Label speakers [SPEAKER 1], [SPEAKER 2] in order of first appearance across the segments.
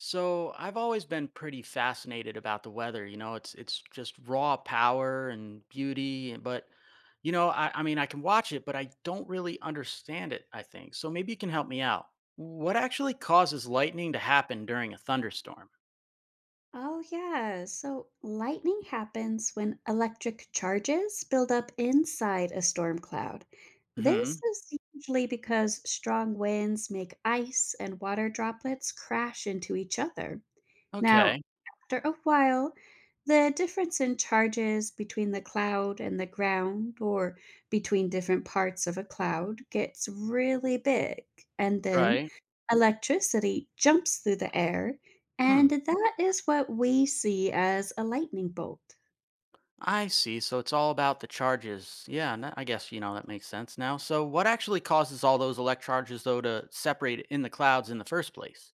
[SPEAKER 1] So I've always been pretty fascinated about the weather. You know, it's just raw power and beauty. But I can watch it, but I don't really understand it. I think so. Maybe you can help me out. What actually causes lightning to happen during a thunderstorm?
[SPEAKER 2] Oh, yeah. So lightning happens when electric charges build up inside a storm cloud. This
[SPEAKER 1] Hmm.
[SPEAKER 2] is usually because strong winds make ice and water droplets crash into each other. Now,
[SPEAKER 1] Okay.
[SPEAKER 2] after a while, the difference in charges between the cloud and the ground or between different parts of a cloud gets really big. And then
[SPEAKER 1] Right.
[SPEAKER 2] electricity jumps through the air, and
[SPEAKER 1] Hmm.
[SPEAKER 2] that is what we see as a lightning bolt.
[SPEAKER 1] I see. So it's all about the charges. Yeah, and that makes sense now. So what actually causes all those electric charges though to separate in the clouds in the first place?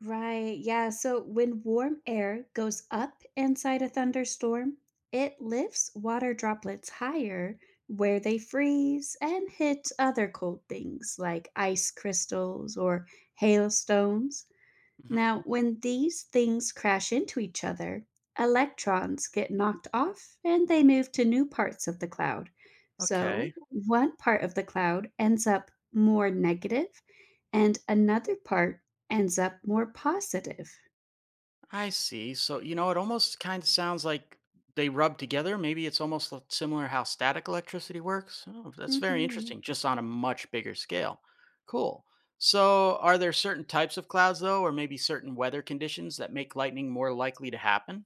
[SPEAKER 2] Right. Yeah. So when warm air goes up inside a thunderstorm, it lifts water droplets higher where they freeze and hit other cold things like ice crystals or hailstones.
[SPEAKER 1] Hmm.
[SPEAKER 2] Now, when these things crash into each other, electrons get knocked off and they move to new parts of the cloud. So,
[SPEAKER 1] Okay.
[SPEAKER 2] one part of the cloud ends up more negative, and another part ends up more positive.
[SPEAKER 1] I see. So, it almost kind of sounds like they rub together. Maybe it's almost similar how static electricity works. Oh, that's very
[SPEAKER 2] Hmm.
[SPEAKER 1] interesting, just on a much bigger scale. Cool. So, are there certain types of clouds, though, or maybe certain weather conditions that make lightning more likely to happen?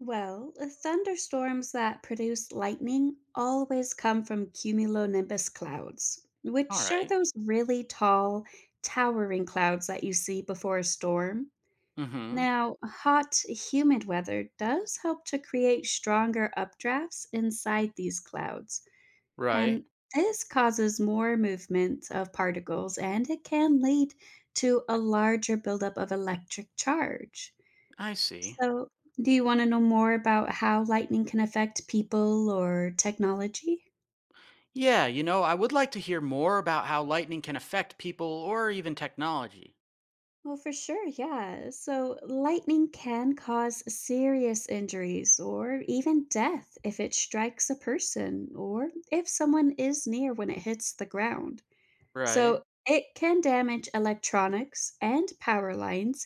[SPEAKER 2] Well, thunderstorms that produce lightning always come from cumulonimbus clouds,
[SPEAKER 1] All
[SPEAKER 2] which are
[SPEAKER 1] right.
[SPEAKER 2] those really tall, towering clouds that you see before a storm.
[SPEAKER 1] Mm-hmm.
[SPEAKER 2] Now, hot, humid weather does help to create stronger updrafts inside these clouds,
[SPEAKER 1] Right.
[SPEAKER 2] and this causes more movement of particles and it can lead to a larger buildup of electric charge.
[SPEAKER 1] I see.
[SPEAKER 2] So, do you want to know more about how lightning can affect people or technology?
[SPEAKER 1] Yeah, I would like to hear more about how lightning can affect people or even technology.
[SPEAKER 2] Well, for sure, yeah. So, lightning can cause serious injuries or even death if it strikes a person or if someone is near when it hits the ground.
[SPEAKER 1] Right.
[SPEAKER 2] So, it can damage electronics and power lines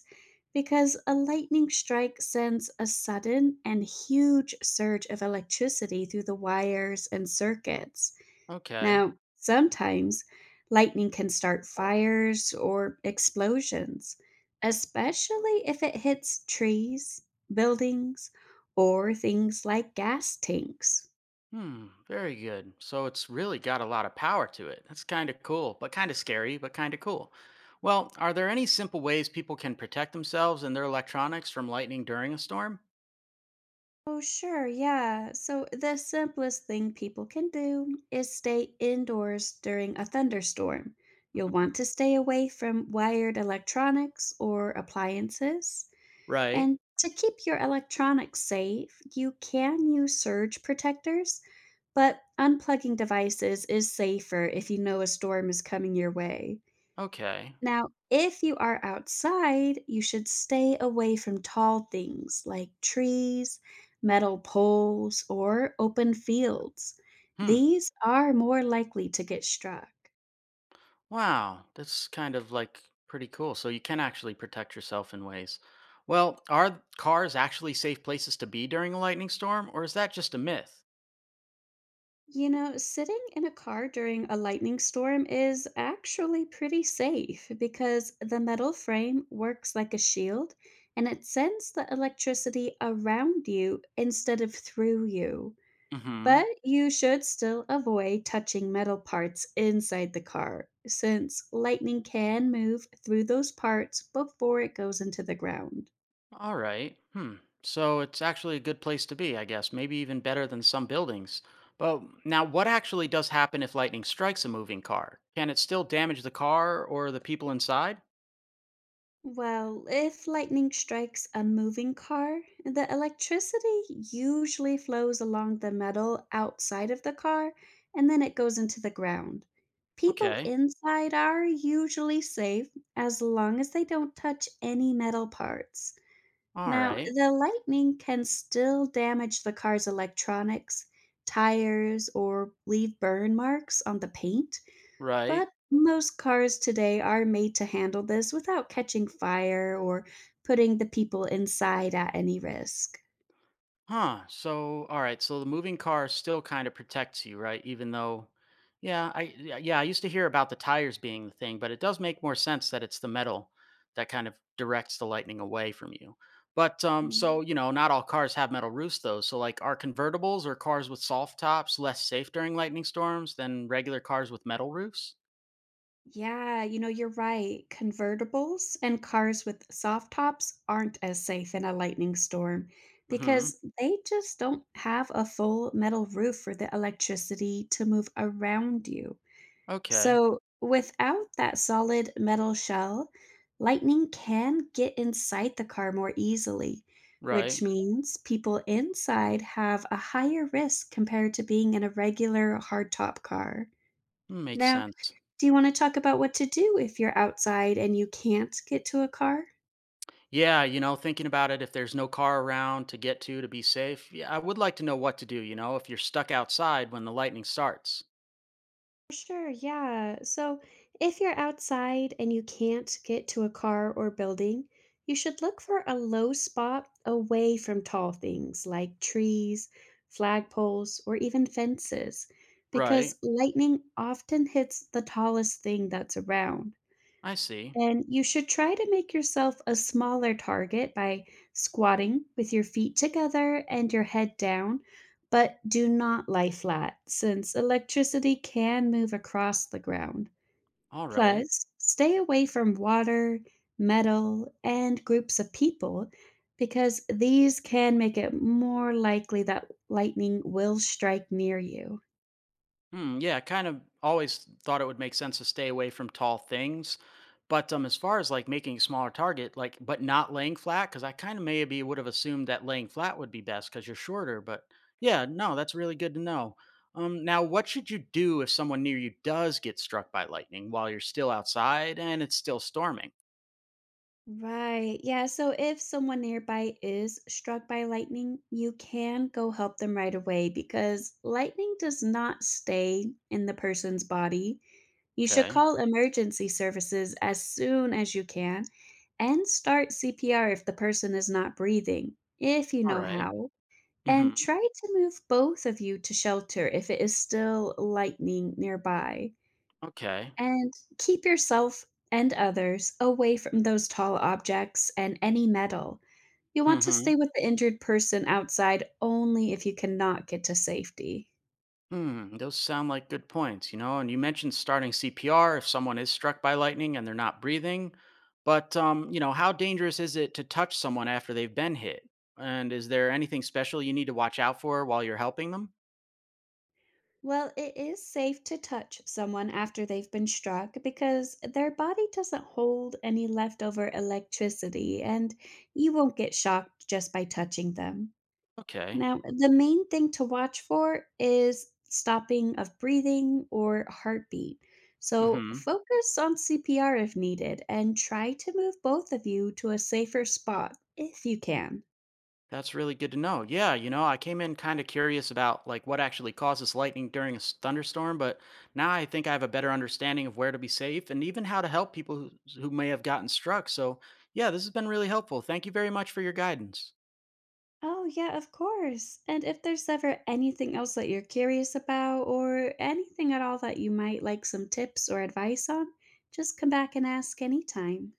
[SPEAKER 2] because a lightning strike sends a sudden and huge surge of electricity through the wires and circuits.
[SPEAKER 1] Okay.
[SPEAKER 2] Now, sometimes lightning can start fires or explosions, especially if it hits trees, buildings, or things like gas tanks.
[SPEAKER 1] Hmm, very good. So it's really got a lot of power to it. That's kind of cool, but kind of scary, but kind of cool. Well, are there any simple ways people can protect themselves and their electronics from lightning during a storm?
[SPEAKER 2] Oh, sure, yeah. So, the simplest thing people can do is stay indoors during a thunderstorm. You'll
[SPEAKER 1] Mhm.
[SPEAKER 2] want to stay away from wired electronics or appliances.
[SPEAKER 1] Right.
[SPEAKER 2] And to keep your electronics safe, you can use surge protectors, but unplugging devices is safer if you know a storm is coming your way.
[SPEAKER 1] Okay.
[SPEAKER 2] Now, if you are outside, you should stay away from tall things like trees, metal poles, or open fields.
[SPEAKER 1] Hmm.
[SPEAKER 2] These are more likely to get struck.
[SPEAKER 1] Wow. That's kind of like pretty cool. So you can actually protect yourself in ways. Well, are cars actually safe places to be during a lightning storm, or is that just a myth?
[SPEAKER 2] You know, sitting in a car during a lightning storm is actually pretty safe because the metal frame works like a shield and it sends the electricity around you instead of through you.
[SPEAKER 1] Mm hmm.
[SPEAKER 2] But you should still avoid touching metal parts inside the car since lightning can move through those parts before it goes into the ground.
[SPEAKER 1] All right. Hmm. So it's actually a good place to be, I guess. Maybe even better than some buildings. But now, what actually does happen if lightning strikes a moving car? Can it still damage the car or the people inside?
[SPEAKER 2] Well, if lightning strikes a moving car, the electricity usually flows along the metal outside of the car and then it goes into the ground. People
[SPEAKER 1] Okay.
[SPEAKER 2] inside are usually safe as long as they don't touch any metal parts.
[SPEAKER 1] All
[SPEAKER 2] Now,
[SPEAKER 1] right.
[SPEAKER 2] the lightning can still damage the car's electronics, tires, or leave burn marks on the paint.
[SPEAKER 1] Right.
[SPEAKER 2] But most cars today are made to handle this without catching fire or putting the people inside at any risk.
[SPEAKER 1] Huh. So, all right. So the moving car still kind of protects you, right? Even though, yeah, I used to hear about the tires being the thing, but it does make more sense that it's the metal that kind of directs the lightning away from you. But
[SPEAKER 2] Mm.
[SPEAKER 1] not all cars have metal roofs though. So like, are convertibles or cars with soft tops less safe during lightning storms than regular cars with metal roofs?
[SPEAKER 2] Yeah, you know, you're right. Convertibles and cars with soft tops aren't as safe in a lightning storm
[SPEAKER 1] Hmm.
[SPEAKER 2] because they just don't have a full metal roof for the electricity to move around you.
[SPEAKER 1] Okay.
[SPEAKER 2] So, without that solid metal shell, lightning can get inside the car more easily, which
[SPEAKER 1] Right.
[SPEAKER 2] means people inside have a higher risk compared to being in a regular hardtop car.
[SPEAKER 1] Makes
[SPEAKER 2] Now,
[SPEAKER 1] sense.
[SPEAKER 2] do you want to talk about what to do if you're outside and you can't get to a car?
[SPEAKER 1] Yeah, thinking about it, if there's no car around to get to be safe, yeah, I would like to know what to do, if you're stuck outside when the lightning starts.
[SPEAKER 2] Sure, yeah. So if you're outside and you can't get to a car or building, you should look for a low spot away from tall things like trees, flagpoles, or even fences,
[SPEAKER 1] Right.
[SPEAKER 2] because lightning often hits the tallest thing that's around.
[SPEAKER 1] I see.
[SPEAKER 2] And you should try to make yourself a smaller target by squatting with your feet together and your head down, but do not lie flat since electricity can move across the ground.
[SPEAKER 1] All right.
[SPEAKER 2] Plus, stay away from water, metal, and groups of people because these can make it more likely that lightning will strike near you.
[SPEAKER 1] Hmm, yeah, I kind of always thought it would make sense to stay away from tall things. But as far as making a smaller target, but not laying flat, because I kind of maybe would have assumed that laying flat would be best because you're shorter. But yeah, no, that's really good to know. Now, what should you do if someone near you does get struck by lightning while you're still outside and it's still storming?
[SPEAKER 2] Right. Yeah. So if someone nearby is struck by lightning, you can go help them right away because lightning does not stay in the person's body. You should
[SPEAKER 1] Okay,
[SPEAKER 2] call emergency services as soon as you can and start CPR if the person is not breathing, if you
[SPEAKER 1] all
[SPEAKER 2] know
[SPEAKER 1] right.
[SPEAKER 2] how.
[SPEAKER 1] Mm-hmm.
[SPEAKER 2] And try to move both of you to shelter if it is still lightning nearby.
[SPEAKER 1] Okay.
[SPEAKER 2] And keep yourself and others away from those tall objects and any metal. You want to stay with the injured person outside only if you cannot get to safety.
[SPEAKER 1] Hmm, those sound like good points, And you mentioned starting CPR if someone is struck by lightning and they're not breathing. But, how dangerous is it to touch someone after they've been hit? And is there anything special you need to watch out for while you're helping them?
[SPEAKER 2] Well, it is safe to touch someone after they've been struck because their body doesn't hold any leftover electricity and you won't get shocked just by touching them.
[SPEAKER 1] Okay.
[SPEAKER 2] Now, the main thing to watch for is stopping of breathing or heartbeat. So, focus on CPR if needed and try to move both of you to a safer spot if you can.
[SPEAKER 1] That's really good to know. Yeah, I came in kind of curious about what actually causes lightning during a thunderstorm, but now I think I have a better understanding of where to be safe and even how to help people who may have gotten struck. So, yeah, this has been really helpful. Thank you very much for your guidance.
[SPEAKER 2] Oh, yeah, of course. And if there's ever anything else that you're curious about or anything at all that you might like some tips or advice on, just come back and ask anytime.